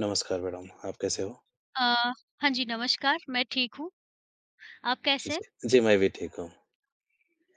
नमस्कार मैडम, आप कैसे हो? अ, हाँ जी, नमस्कार, मैं ठीक हूँ। आप कैसे हैं? जी, जी मैं भी ठीक हूँ।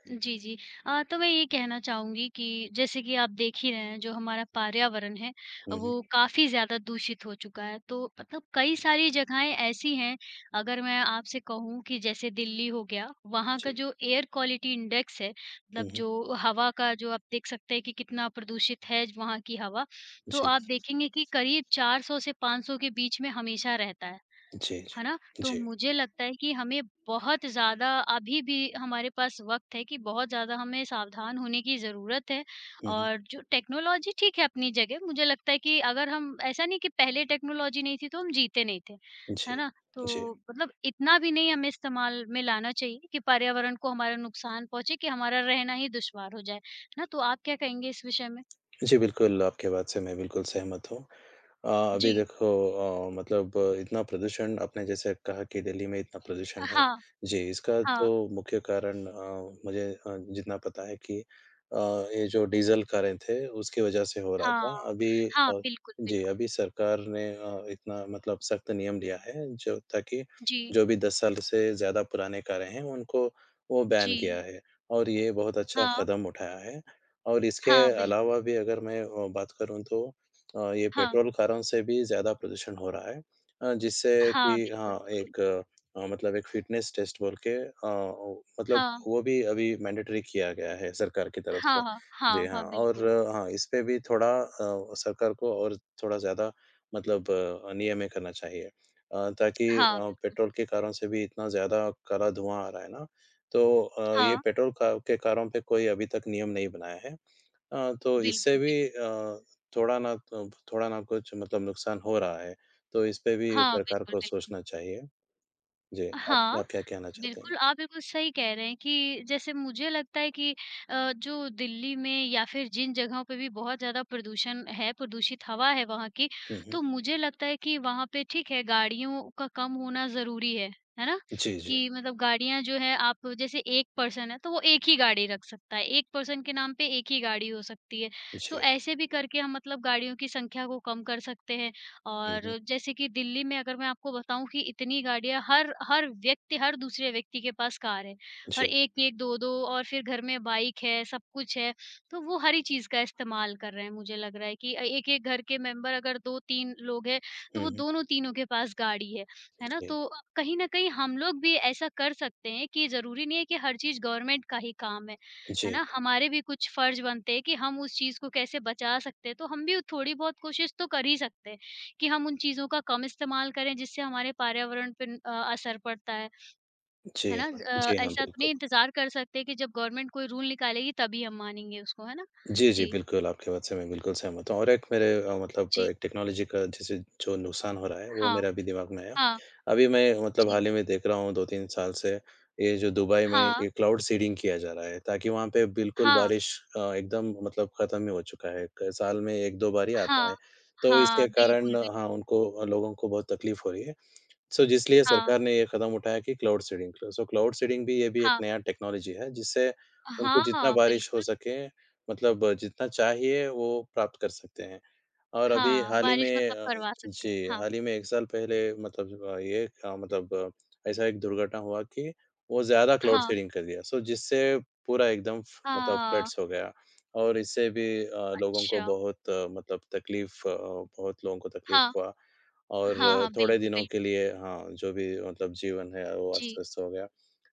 जी, जी। तो मैं ये कहना चाहूँगी कि जैसे कि आप देख ही रहे हैं जो हमारा पर्यावरण है, हुँ, हुँ। वो काफ़ी ज़्यादा दूषित हो चुका है। तो मतलब कई सारी जगहें ऐसी हैं, अगर मैं आपसे कहूँ कि जैसे दिल्ली हो गया, वहाँ जी। का जो एयर क्वालिटी इंडेक्स है, हुँ, मतलब हुँ। जो हवा का जो आप देख सकते हैं कि कितना प्रदूषित है वहाँ की हवा, तो जी, आप देखेंगे कि करीब 400 से 500 के बीच में हमेशा रहता है। जी, जी। है ना? तो जी। मुझे लगता है कि हमें बहुत ज़्यादा अभी भी हमारे पास वक़्त है कि बहुत ज़्यादा हमें सावधान होने की ज़रूरत है। हुँ, हुँ। और जो टेक्नोलॉजी ठीक है अपनी जगह, मुझे लगता है कि अगर हम ऐसा नहीं कि पहले टेक्नोलॉजी नहीं थी तो हम जीते नहीं थे, जी, है ना? जी। तो मतलब इतना भी नहीं हमें इस्तेमाल में लाना चाहिए कि पर्यावरण को हमारा नुकसान पहुँचे कि हमारा रहना ही दुश्वार हो जाए, है ना? तो आप क्या कहेंगे इस विषय में? जी, बिल्कुल, आपकी बात से मैं बिल्कुल सहमत हूँ। अभी जी। देखो, मतलब इतना प्रदूषण आपने जैसे कहा कि दिल्ली में इतना प्रदूषण है। हाँ, जी, इसका हाँ, तो मुख्य कारण, मुझे, जितना पता है कि ये जो डीज़ल कारें थे, उसकी वजह से हो रहा हाँ, था। अभी, हाँ, बिल्कुल, जी, बिल्कुल। अभी सरकार ने इतना मतलब सख्त नियम लिया है, जो ताकि जी, जो भी 10 साल से ज़्यादा पुराने कारें हैं, उनको वो बैन जी, किया है और ये बहुत अच्छा हाँ। कदम उठाया है। और इसके हाँ, बिल्कुल। अलावा भी अगर मैं बात करूँ तो, ये हाँ, पेट्रोल कारों से भी ज़्यादा प्रदूषण हो रहा है, जिससे हाँ, कि बिल्कुल, हाँ, बिल्कुल। एक मतलब एक फ़िटनेस टेस्ट बोल के, ओ मतलब हाँ, वो भी अभी मैंडेटरी किया गया है सरकार की तरफ से। हाँ, हाँ, जी हाँ, हाँ, हाँ, और बिल्कुल। हाँ, इस पे भी थोड़ा, सरकार को और थोड़ा ज़्यादा मतलब नियमें करना चाहिए, ताकि हाँ, बिल्कुल। पेट्रोल के कारों से भी इतना ज़्यादा काला धुआँ आ रहा है ना, तो ये हाँ, पेट्रोल का के कारों पे कोई अभी तक नियम नहीं बनाया है। तो इससे बिल्कुल, भी बिल्कुल। थोड़ा ना कुछ मतलब नुकसान हो रहा है, तो इस पे भी हाँ, सरकार बिल्कुल, को बिल्कुल। सोचना चाहिए। जी, आप हाँ। आप क्या कहना चाहते हैं? बिल्कुल, आप बिल्कुल सही कह रहे हैं कि जैसे मुझे लगता है कि जो दिल्ली में या फिर जिन जगहों पे भी बहुत ज़्यादा प्रदूषण है, प्रदूषित हवा है वहाँ की, हुँ, हुँ। तो मुझे लगता है कि वहाँ पे ठीक है गाड़ियों का कम होना ज़रूरी है ना? जी, जी, कि मतलब गाड़ियाँ जो है आप जैसे एक पर्सन है तो वो एक ही गाड़ी रख सकता है, एक पर्सन के नाम पे एक ही गाड़ी हो सकती है। तो जी। ऐसे भी करके हम मतलब गाड़ियों की संख्या को कम कर सकते हैं। हुँ, हुँ। और जैसे कि दिल्ली में अगर मैं आपको बताऊँ कि इतनी गाड़ियाँ हर हर व्यक्ति हर दूसरे व्यक्ति के पास कार है और जी। 1-1 2-2 और फिर घर में बाइक है, सब कुछ है। तो वो हर ही चीज़ का इस्तेमाल कर रहे हैं मुझे लग रहा है कि एक-एक घर के मेंबर अगर 2-3 लोग हैं, तो हुँ, वो हुँ। दोनों-तीनों के पास गाड़ी है। है ना? जी। तो कहीं न कहीं हम लोग भी ऐसा कर सकते हैं कि ज़रूरी नहीं है कि हर चीज़ गवर्नमेंट का ही काम है। है जी, ना? हमारे भी कुछ फर्ज बनते हैं कि हम उस चीज़ को कैसे बचा सकते हैं, तो हम भी थोड़ी बहुत कोशिश तो कर ही सकते हैं। कि हम उन चीज़ों का कम इस्तेमाल करें जिससे हमारे पर्यावरण पे असर पड़ता है। जी, है ना? हाँ। जी हाँ, ऐसा तो बिल्कुल। नहीं इंतज़ार कर सकते कि जब गवर्नमेंट कोई रूल निकालेगी तभी हम मानेंगे उसको, है ना? जी, जी, जी, बिल्कुल, आपकी बात से मैं बिल्कुल सहमत हूँ और एक मेरे, मतलब जी। एक टेक्नोलॉजी का जैसे जो नुकसान हो रहा है, वो हाँ, मेरा अभी दिमाग में आया। हाँ, अभी मैं मतलब जी। हाल ही में देख रहा हूँ 2-3 साल से, ये जो दुबई में हाँ, ये क्लाउड सीडिंग किया जा रहा है, ताकि वहाँ पे बिल्कुल हाँ, बारिश, एकदम मतलब खत्म ही हो चुका है। क साल में 1-2 बार ही आता हाँ, है, तो इसके हाँ, कारण, बिल्कुल, हाँ, बिल्कुल। उनको, लोगों को बहुत तकलीफ हो रही है। सो इसलिए हाँ, सरकार ने ये कदम उठाया कि cloud seeding so cloud seeding भी ये भी एक हाँ, नया टेक्नोलॉजी है जिससे उनको जितना हाँ, बारिश हो बिल्कुल। सके मतलब जितना चाहिए वो प्राप्त कर सकते हैं। और अभी हाँ, हाल ही बारिश में, मतलब करवा सकते जी, हैं। हाँ, हाल ही में 1 साल पहले मतलब, अ, ये अ, मतलब अ, ऐसा एक दुर्घटना हुआ कि वो ज़्यादा क्लाउड हाँ, सीडिंग कर दिया। सो जिससे पूरा एकदम फ मतलब हाँ, फ्लड्स हो गया और इससे भी, लोगों को अच्छा। बहुत, बहुत लोगों को तकलीफ़ हाँ, हुआ और हाँ, हाँ, थोड़े बिल्कुल, दिनों बिल्कुल। के लिए हाँ, जो भी मतलब जीवन है वो जी, अस्त-व्यस्त हो गया।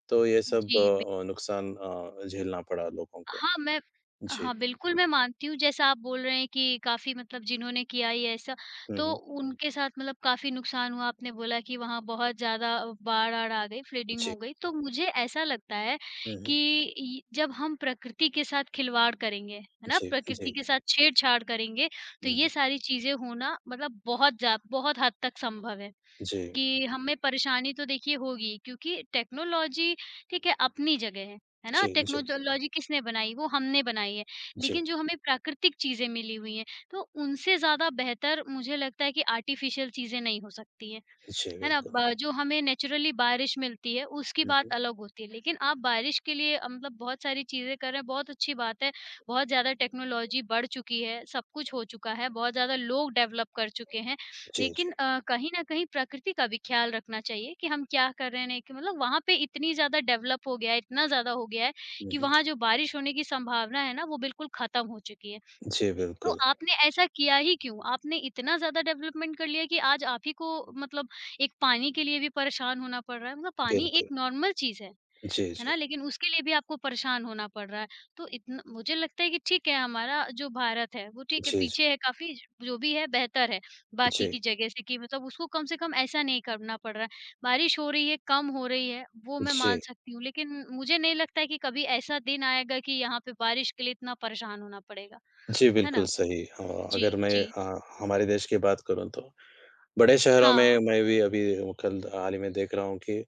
तो ये सब जी। नुकसान झेलना पड़ा लोगों को। हाँ, मैं जी। हाँ, बिल्कुल मैं मानती हूँ जैसा आप बोल रहे हैं कि काफ़ी मतलब जिन्होंने किया ये ऐसा, हुँ, तो हुँ। उनके साथ मतलब काफ़ी नुकसान हुआ। आपने बोला कि वहाँ बहुत ज़्यादा बाढ़-आढ़ आ गई, फ्लडिंग जी। हो गई। तो मुझे ऐसा लगता है हुँ, हुँ। कि इ जब हम प्रकृति के साथ खिलवाड़ करेंगे, है ना? जी, जी, प्रकृति के साथ छेड़छाड़ करेंगे, तो हुँ, ये हुँ। सारी चीज़ें होना मतलब बहुत हद तक संभव है। जी। कि हमें परेशानी तो देखिए होगी क्योंकि टेक्नोलॉजी ठीक है अपनी जगह है ना? जी, जी, टेक्नोलॉजी किसने बनाई? वो हमने बनाई है। जी, लेकिन जो हमें प्राकृतिक चीज़ें मिली हुई हैं, तो उनसे ज़्यादा बेहतर मुझे लगता है कि आर्टिफ़िशियल चीज़ें नहीं हो सकती हैं। जी, है ना? बिल्कुल। ब जो हमें नेचुरली बारिश मिलती है, उसकी हुँ, बात हुँ। अलग होती है। लेकिन आप बारिश के लिए मतलब बहुत सारी चीज़ें कर रहे हैं, बहुत अच्छी बात है। बहुत ज़्यादा टेक्नोलॉजी बढ़ चुकी है, सब कुछ हो चुका है, बहुत ज़्यादा लोग डेवलप कर चुके हैं। जी, लेकिन जी। कहीं न कहीं प्रकृति का भी ख्याल रखना चाहिए कि हम क्या कर रहे हैं, कि मतलब वहाँ पे इतनी ज़्यादा डेवलप हो गया है, इतना ज़्यादा हो गया है हुँ, कि हुँ। वहाँ जो बारिश होने की संभावना है ना, वो बिल्कुल खत्म हो चुकी है। जी, तो बिल्कुल, आपने ऐसा किया ही क्यों? आपने इतना ज़्यादा डेवलपमेंट कर लिया कि आज आप ही को मतलब एक पानी के लिए भी परेशान होना पड़ रहा है। मतलब पानी एक बिल्कुल। नॉर्मल चीज़ जी, है ना? जी। लेकिन उसके लिए भी आपको परेशान होना पड़ रहा है। तो इतना मुझे लगता है कि ठीक है हमारा जो भारत है वो ठीक है जी, जी, पीछे है काफ़ी जो भी है बेहतर है बाकी जी, की जगह से कि मतलब उसको कम से कम ऐसा नहीं करना पड़ रहा है। बारिश हो रही है, कम हो रही है, वो मैं मान जी। सकती हूँ। लेकिन मुझे नहीं लगता है कि कभी ऐसा दिन आएगा कि यहाँ पे बारिश के लिए इतना परेशान होना पड़ेगा। जी, है बिल्कुल ना? सही। जी, अगर मैं जी। हमारे देश की बात करूँ तो बड़े शहरों में हाँ, मैं भी अभी कल हाल ही में देख रहा हूँ कि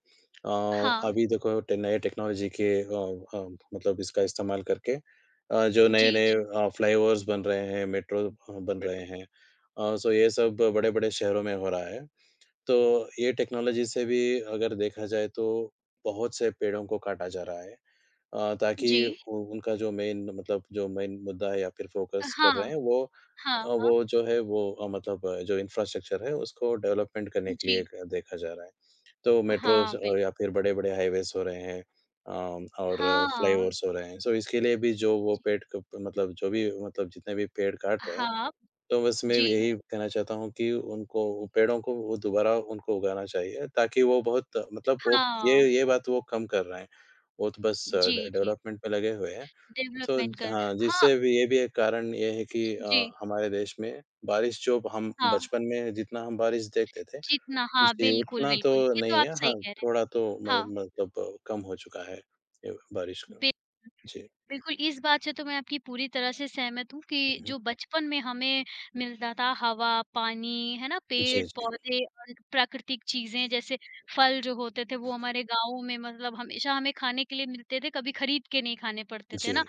अ, हाँ। अभी देखो टे नए टेक्नोलॉजी के अ, मतलब इसका इस्तेमाल करके, जो जी, नए-नए जी। फ्लाईओवर्स बन रहे हैं, मेट्रो बन रहे हैं। सो ये सब बड़े-बड़े शहरों में हो रहा है। तो ये टेक्नोलॉजी से भी अगर देखा जाए तो बहुत से पेड़ों को काटा जा रहा है, ताकि जी। उ उनका जो मेन मतलब जो मेन मुद्दा है या फिर फ़ोकस कर हाँ, रहे हैं वो, हाँ, अ, वो हाँ। जो है वो अ, मतलब अ, जो इंफ्रास्ट्रक्चर है उसको डेवलपमेंट करने के जी। लिए क देखा जा रहा है। तो हाँ, मेट्रोज़ बिल्क या फिर बड़े-बड़े हाइवेज़ हो रहे हैं, और हाँ, फ्लाईओवर्स हो रहे हैं। सो इसके लिए भी जो वो जी। पेड़ क मतलब जो भी मतलब जितने भी पेड़ काट रहे हैं, हाँ, तो बस मैं भी यही जी। कहना चाहता हूँ कि उनको वो पेड़ों को वो दोबारा उनको उगाना चाहिए ताकि वो बहुत मतलब वो ये हाँ, ये बात वो कम कर रहे हैं। वो तो बस जी, डे जी। डेवलपमेंट में लगे हुए हैं। तो डेवलपमेंट कर हाँ, हाँ, जिससे भी ये भी एक कारण ये है कि जी। हमारे देश में बारिश जो हम हाँ, बचपन में जितना हम बारिश देखते थे जितना हाँ, जी, बिल्कुल, उतना तो बिल्कुल। ये तो नहीं आप है। सही हाँ, कह रहे हैं। थोड़ा तो म हाँ, मतलब कम हो चुका है ये बारिश का। बिल जी। बिल्कुल, इस बात से तो मैं आपकी पूरी तरह से सहमत हूँ कि हुँ, हुँ। जो बचपन में हमें मिलता था हवा, पानी, है ना? जी, जी। पेड़-पौधे और प्राकृतिक चीज़ें जैसे फल जो होते थे वो हमारे गाँव में मतलब हमेशा हमें खाने के लिए मिलते थे, कभी खरीद के नहीं खाने पड़ते थे, है जी। ना?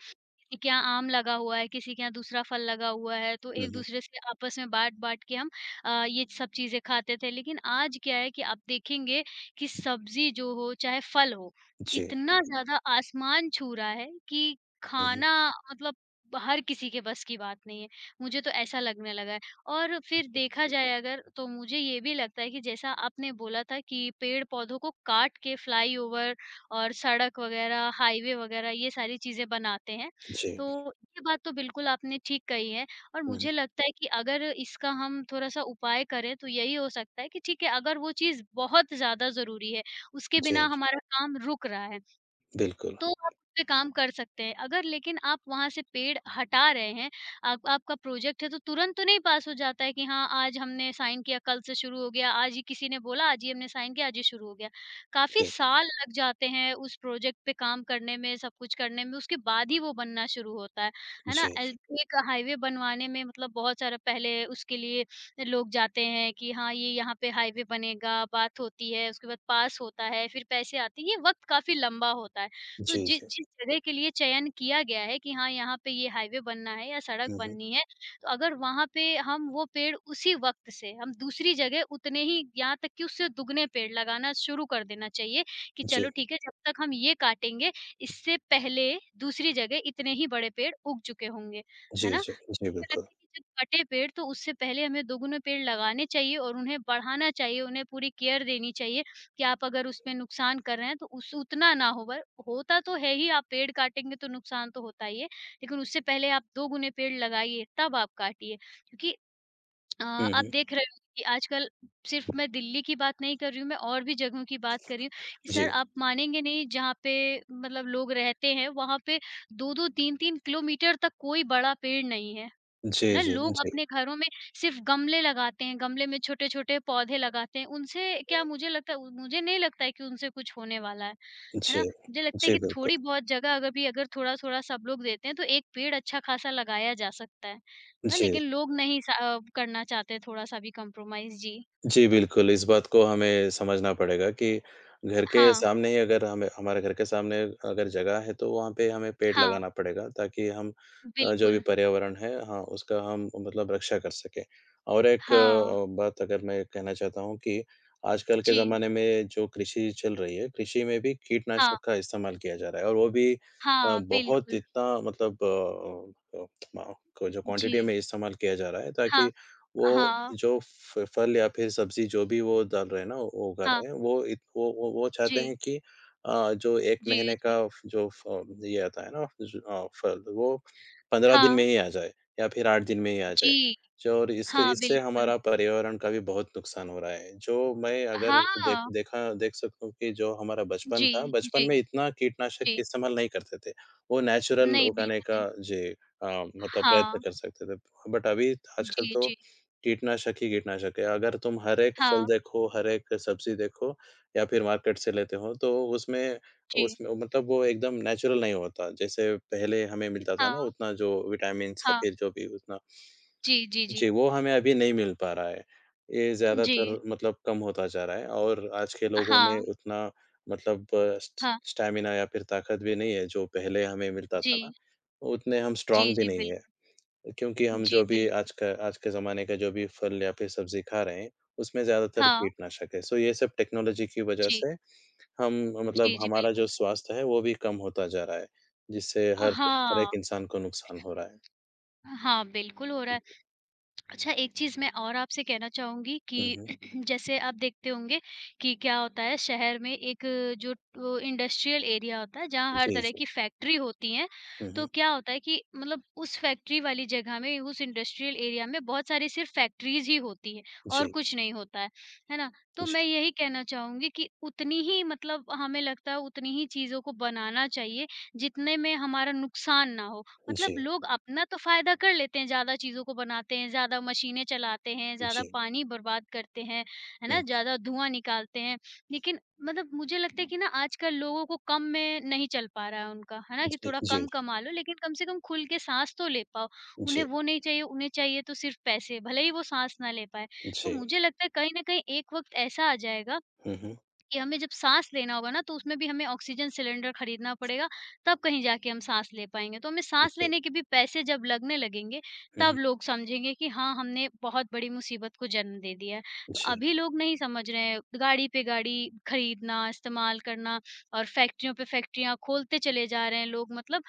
किसी के यहाँ आम लगा हुआ है, किसी के यहाँ दूसरा फल लगा हुआ है, तो हुँ, हुँ। एक-दूसरे से आपस में बाँट-बाँट के हम ये सब चीज़ें खाते थे। लेकिन आज क्या है कि आप देखेंगे कि सब्ज़ी जो हो, चाहे फल हो, जी। इतना हुँ। ज़्यादा आसमान छू रहा है कि हुँ, हुँ। खाना मतलब हर किसी के बस की बात नहीं है। मुझे तो ऐसा लगने लगा है। और फिर देखा जाए अगर, तो मुझे ये भी लगता है कि जैसा आपने बोला था कि पेड़-पौधों को काट के फ्लाईओवर और सड़क वगैरह, हाईवे वगैरह ये सारी चीज़ें बनाते हैं। जी। तो ये बात तो बिल्कुल आपने ठीक कही है और हुँ, हुँ। मुझे लगता है कि अगर इसका हम थोड़ा-सा उपाय करें तो यही हो सकता है कि ठीक है, अगर वो चीज़ बहुत ज़्यादा ज़रूरी है, उसके जी, बिना जी। हमारा काम रुक रहा है, बिल्कुल। तो आप उसपे काम कर सकते हैं। अगर लेकिन आप वहाँ से पेड़ हटा रहे हैं, आप आपका प्रोजेक्ट है तो तुरंत तो नहीं पास हो जाता है कि हाँ, आज हमने साइन किया, कल से शुरू हो गया, आज ही किसी ने बोला, आज ही हमने साइन किया, आज ही शुरू हो गया। काफ़ी जी, साल लग जाते हैं उस प्रोजेक्ट पे काम करने में, सब कुछ करने में, उसके बाद ही वो बनना शुरू होता है। है ना? जी, एल जी। एक हाईवे बनवाने में मतलब बहुत सारा पहले उसके लिए लोग जाते हैं कि हाँ, ये यहाँ पे हाईवे बनेगा, बात होती है, उसके बाद पास होता है, फिर पैसे आते हैं, ये वक़्त काफ़ी लंबा होता है। तो जी, जि जी। जिस जगह के लिए चयन किया गया है कि हाँ, यहाँ पे ये हाईवे बनना है या सड़क हुँ, हुँ। बननी है, तो अगर वहाँ पे हम वो पेड़ उसी वक़्त से हम दूसरी जगह उतने ही यहाँ तक कि उससे दुगने पेड़ लगाना शुरू कर देना चाहिए कि जी, चलो ठीक है, जब तक हम ये काटेंगे, इससे पहले दूसरी जगह इतने ही बड़े पेड़ उग चुके होंगे, जी, है ना? जी। जी, मुझे बिल्कुल। लगता है कि जब कटे पेड़ तो उससे पहले हमें दोगुने पेड़ लगाने चाहिए और उन्हें बढ़ाना चाहिए, उन्हें पूरी केयर देनी चाहिए। कि आप अगर उसमें नुकसान कर रहे हैं तो उस उतना ना हो वर होता तो है ही आप पेड़ काटेंगे तो नुकसान तो होता ही है, लेकिन उससे पहले आप 2 गुने पेड़ लगाइए तब आप काटिए। क्योंकि हुँ, आप हुँ। देख रहे हो कि आजकल सिर्फ़ मैं दिल्ली की बात नहीं कर रही हूँ, मैं और भी जगहों की बात कर रही हूँ कि सर जी। आप मानेंगे नहीं जहाँ पे मतलब लोग रहते हैं, वहाँ पे 2-2 3-3 किलोमीटर तक कोई बड़ा पेड़ नहीं है। है जी, ना? जी, लोग जी, अपने घरों में सिर्फ़ गमले लगाते हैं, गमले में छोटे-छोटे पौधे लगाते हैं, उनसे क्या मुझे लगता है मुझे नहीं लगता है कि उनसे कुछ होने वाला है जी। ना? मुझे लगता है जी, कि बिल्कुल। थोड़ी बहुत जगह अगर थोड़ा-थोड़ा सब लोग देते हैं, तो एक पेड़ अच्छा खासा लगाया जा सकता है ना? जी। लेकिन लोग नहीं करना चाहते थोड़ा-सा भी कॉम्प्रोमाइज़ जी। जी, बिल्कुल, इस बात को हमें समझना पड़ेगा कि घर के हाँ, सामने ही अगर हमें हमारे घर के सामने अगर जगह है, तो वहाँ पे हमें पेड़ हाँ, लगाना पड़ेगा ताकि हम, जो भी बिल्कुल। पर्यावरण है हाँ, उसका हम मतलब रक्षा कर सकें। और एक हाँ, बात अगर मैं कहना चाहता हूँ कि आजकल के जी। ज़माने में जो कृषि चल रही है, कृषि में भी हाँ, कीटनाशक का इस्तेमाल किया जा रहा है और वो भी, अ, हाँ, बहुत बिल्कुल। इतना मतलब अ, अ, अ, को जो जी। क्वांटिटी में इस्तेमाल किया जा रहा है हाँ, ताकि वो हाँ, जो फ फल या फिर सब्ज़ी जो भी वो डाल रहे हैं ना, वो उगा हाँ। रहे हैं, वो इत वो चाहते जी, हैं कि, जो 1 जी, महीने का जी। फ जो फ ये आता है ना फल, वो 15 दिन में हाँ, ही आ जाए या फिर 8 दिन में ही आ जाए। जी। जो और इसके हाँ, इससे बिल्कुल। हमारा पर्यावरण का भी बहुत नुकसान हो रहा है। जो मैं अगर देख हाँ, देखा देख सकता हूँ कि जो हमारा बचपन जी, था, बचपन जी, में इतना कीटनाशक जी। इस्तेमाल नहीं करते थे। वो नेचुरल नहीं, उगाने बिल्कुल का नहीं। जी, मतलब हाँ, प्रयत्न कर सकते थे। बट अभी आजकल जी, तो जी, कीटनाशक ही कीटनाशक है। अगर तुम हर एक फल हाँ, देखो, हर एक सब्ज़ी देखो या फिर मार्केट से लेते हो तो उसमें जी, उसमें मतलब वो एकदम नेचुरल नहीं होता। जैसे पहले हमें मिलता था हाँ, ना उतना जो विटामिन्स या हाँ, फिर जो भी उतना जी, जी, जी, जी, वो हमें अभी नहीं मिल पा रहा है। ये जी, ज़्यादातर मतलब कम होता जा रहा है और आज के लोगों में हाँ, उतना मतलब स्ट हाँ, स्टैमिना या फिर ताकत भी नहीं है जो पहले हमें मिलता था जी, ना, उतने हम जी, स्ट्रॉन्ग भी नहीं है। क्योंकि हम जो जी, भी बिल्कुल, आज का आज के ज़माने का जो भी फल या फिर सब्ज़ी खा रहे हैं, उसमें ज़्यादातर हाँ, कीटनाशक है। सो ये सब टेक्नोलॉजी की वजह जी, से हम मतलब जी, जी, हमारा बिल्कुल। जो स्वास्थ्य है, वो भी कम होता जा रहा है, जिससे हर हर एक हाँ, इंसान को नुकसान हो रहा है। हाँ, बिल्कुल हो रहा है। जी। अच्छा, एक चीज़ मैं और आपसे कहना चाहूँगी हुँ, कि हुँ। जैसे आप देखते होंगे कि क्या होता है शहर में एक जो वो इंडस्ट्रियल एरिया होता है जहाँ हर जी, तरह जी। की फैक्ट्री होती हैं। हुँ, तो हुँ। क्या होता है कि मतलब उस फैक्ट्री वाली जगह में उस इंडस्ट्रियल एरिया में बहुत सारी सिर्फ़ फैक्ट्रीज़ ही होती हैं और जी, कुछ नहीं होता है। है ना? तो मैं जी, यही कहना चाहूँगी कि उतनी ही मतलब हमें लगता है उतनी ही चीज़ों को बनाना चाहिए जितने में हमारा नुकसान ना हो। जी, मतलब लोग अपना तो फ़ायदा कर लेते हैं, ज़्यादा चीज़ों को बनाते हैं, ज़्यादा मशीनें चलाते हैं, ज़्यादा जी। पानी बर्बाद करते हैं, है हुँ, ना? ज़्यादा धुआँ निकालते हैं, लेकिन मतलब मुझे लगता है कि ना आजकल लोगों को कम में नहीं चल पा रहा है उनका, है ना? कि जी, थोड़ा जी, कम कमा लो लेकिन कम से कम खुल के साँस तो ले पाओ। उन्हें जी, वो नहीं चाहिए, उन्हें चाहिए तो सिर्फ़ पैसे, भले ही वो साँस ना ले पाएँ। तो जी। मुझे लगता है कहीं न कहीं एक वक़्त ऐसा आ जाएगा हुँ, हुँ। कि हमें जब साँस लेना होगा ना, तो उसमें भी हमें ऑक्सीजन सिलेंडर खरीदना पड़ेगा, तब कहीं जाके हम साँस ले पाएँगे। तो हमें साँस जी। लेने के भी पैसे जब लगने लगेंगे, हुँ, हुँ। तब लोग समझेंगे कि हाँ, हमने बहुत बड़ी मुसीबत को जन्म दे दिया है। तो जी। अभी लोग नहीं समझ रहे हैं, गाड़ी पे गाड़ी खरीदना, इस्तेमाल करना और फैक्ट्रियों पे फैक्ट्रियाँ खोलते चले जा रहे हैं लोग। मतलब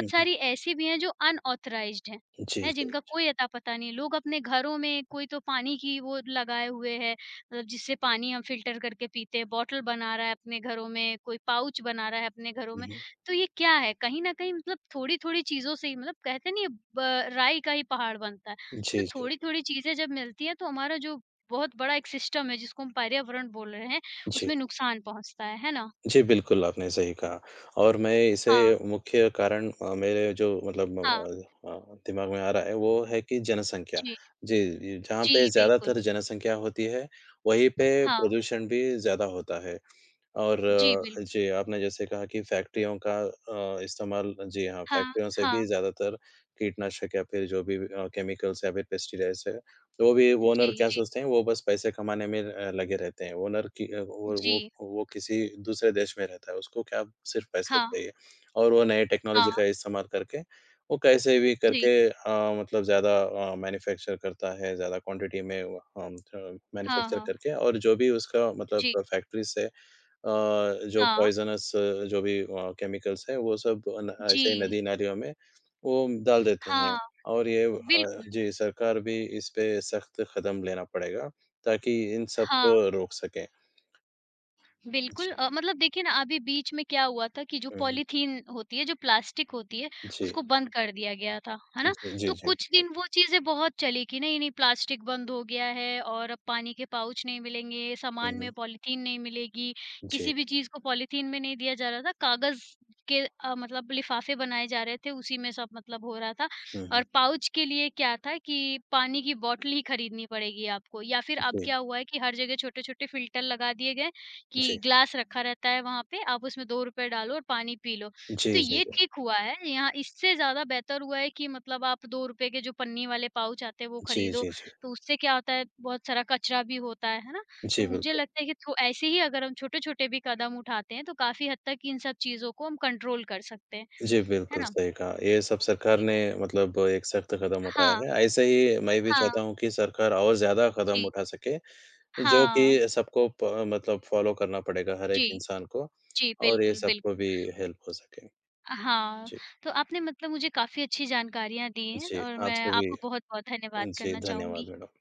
हुँ, हुँ। सारी ऐसी भी हैं जो अनऑथराइज़्ड जी, हैं जी। जिनका कोई अता पता नहीं। लोग अपने घरों में कोई तो पानी की वो लगाए हुए है मतलब जिससे पानी हम फ़िल्टर करके पीते हैं, बॉटल बना रहा है अपने घरों में, कोई पाउच बना रहा है अपने घरों हुँ, में। हुँ। तो ये क्या है? कहीं न कहीं मतलब थोड़ी-थोड़ी चीज़ों से ही मतलब कहते नहीं है ब राई का ही पहाड़ बनता है। तो जी, जी, थोड़ी-थोड़ी चीज़ें जब मिलती हैं तो हमारा जो बहुत बड़ा एक सिस्टम है जिसको हम पर्यावरण बोल रहे हैं, जी। उसमें नुकसान पहुँचता है ना? जी, बिल्कुल, आपने सही कहा और मैं इसे हाँ, मुख्य कारण, मेरे जो मतलब हाँ। दिमाग में आ रहा है, वो है कि जनसंख्या। जी, जी, जी, जहाँ जी, पे बिल्कुल। ज़्यादातर जनसंख्या होती है, वहीं पे हाँ, प्रदूषण भी ज़्यादा होता है। और, जी, बिल्कुल। जी, आपने जैसे कहा कि फैक्ट्रियों का इस्तेमाल जी हाँ, हाँ, फैक्ट्रियों से भी हाँ। ज़्यादातर कीटनाशक या फिर जो भी, केमिकल्स या फिर पेस्टिसाइड्स है, तो वो भी ओनर जी, क्या जी, सोचते हैं, वो बस पैसे कमाने में, लगे रहते हैं। ओनर की अ, वो वो जी। वो किसी दूसरे देश में रहता है, उसको क्या सिर्फ़ पैसा हाँ, चाहिए और वो नए टेक्नोलॉजी हाँ। का इस्तेमाल करके, वो कैसे भी जी। करके, मतलब ज़्यादा मैन्युफैक्चर करता है, ज़्यादा क्वांटिटी में वो हम, हाँ, मैन्युफैक्चर हाँ। करके और जो भी उसका मतलब जी। फैक्ट्री से अ, जो हाँ, पॉइज़नस जो भी, केमिकल्स हैं वो सब न जी। ऐसे ही नदी-नालियों में वो डाल देते हैं हाँ। और ये, बिल्कुल, जी, सरकार भी इस पे सख्त कदम लेना पड़ेगा ताकि इन सब हाँ, को रोक सकें। बिल्कुल, जी। मतलब देखिए ना अभी बीच में क्या हुआ था कि जो हुँ, हुँ। पॉलीथीन होती है, जो प्लास्टिक होती है, जी। उसको बंद कर दिया गया था, है ना? जी, जी, तो जी। कुछ दिन वो चीज़ें बहुत चली कि नहीं-नहीं, प्लास्टिक बंद हो गया है और अब पानी के पाउच नहीं मिलेंगे, हुँ, सामान में हुँ। पॉलीथीन नहीं मिलेगी, जी। किसी भी चीज़ को पॉलीथीन में नहीं दिया जा रहा था, कागज़ के मतलब लिफाफे बनाए जा रहे थे, उसी में सब मतलब हो रहा था हुँ, और हुँ। पाउच के लिए क्या था कि पानी की बॉटल ही खरीदनी पड़ेगी आपको या फिर अब जी, क्या हुआ है कि हर जगह छोटे-छोटे फ़िल्टर लगा दिए गए कि जी। ग्लास रखा रहता है वहाँ पे, आप उसमें ₹2 डालो और पानी पी लो। तो जी, जी, ये जी। ठीक हुआ है, यहाँ इससे ज़्यादा बेहतर हुआ है कि मतलब आप ₹2 के जो पन्नी वाले पाउच आते हैं वो जी, खरीदो, जी, जी। तो उससे क्या होता है बहुत सारा कचरा भी होता है ना? तो जी, मुझे बिल्कुल। लगता है कि तो ऐसे ही अगर हम छोटे-छोटे भी कदम उठाते हैं तो काफ़ी हद तक इन सब चीज़ों को हम कंट्रोल कर सकते हैं, जी, है बिल्कुल ना? सही कहा। ये सब सरकार जी। ने मतलब एक सख्त कदम उठाया हाँ, है। ऐसे ही मैं भी हाँ। चाहता हूँ कि सरकार और ज़्यादा कदम जी। उठा सके जो हाँ। कि सबको प मतलब फ़ॉलो करना पड़ेगा हर एक जी, इंसान को जी, और ये बिल्कुल, सबको बिल्कुल। भी हेल्प हो सके। हाँ, जी, तो आपने मतलब मुझे काफ़ी अच्छी जानकारियाँ दी हैं जी, और मैं आपसे भी आपको बहुत-बहुत धन्यवाद जी, करना धन्यवाद चाहूँगी। मैडम।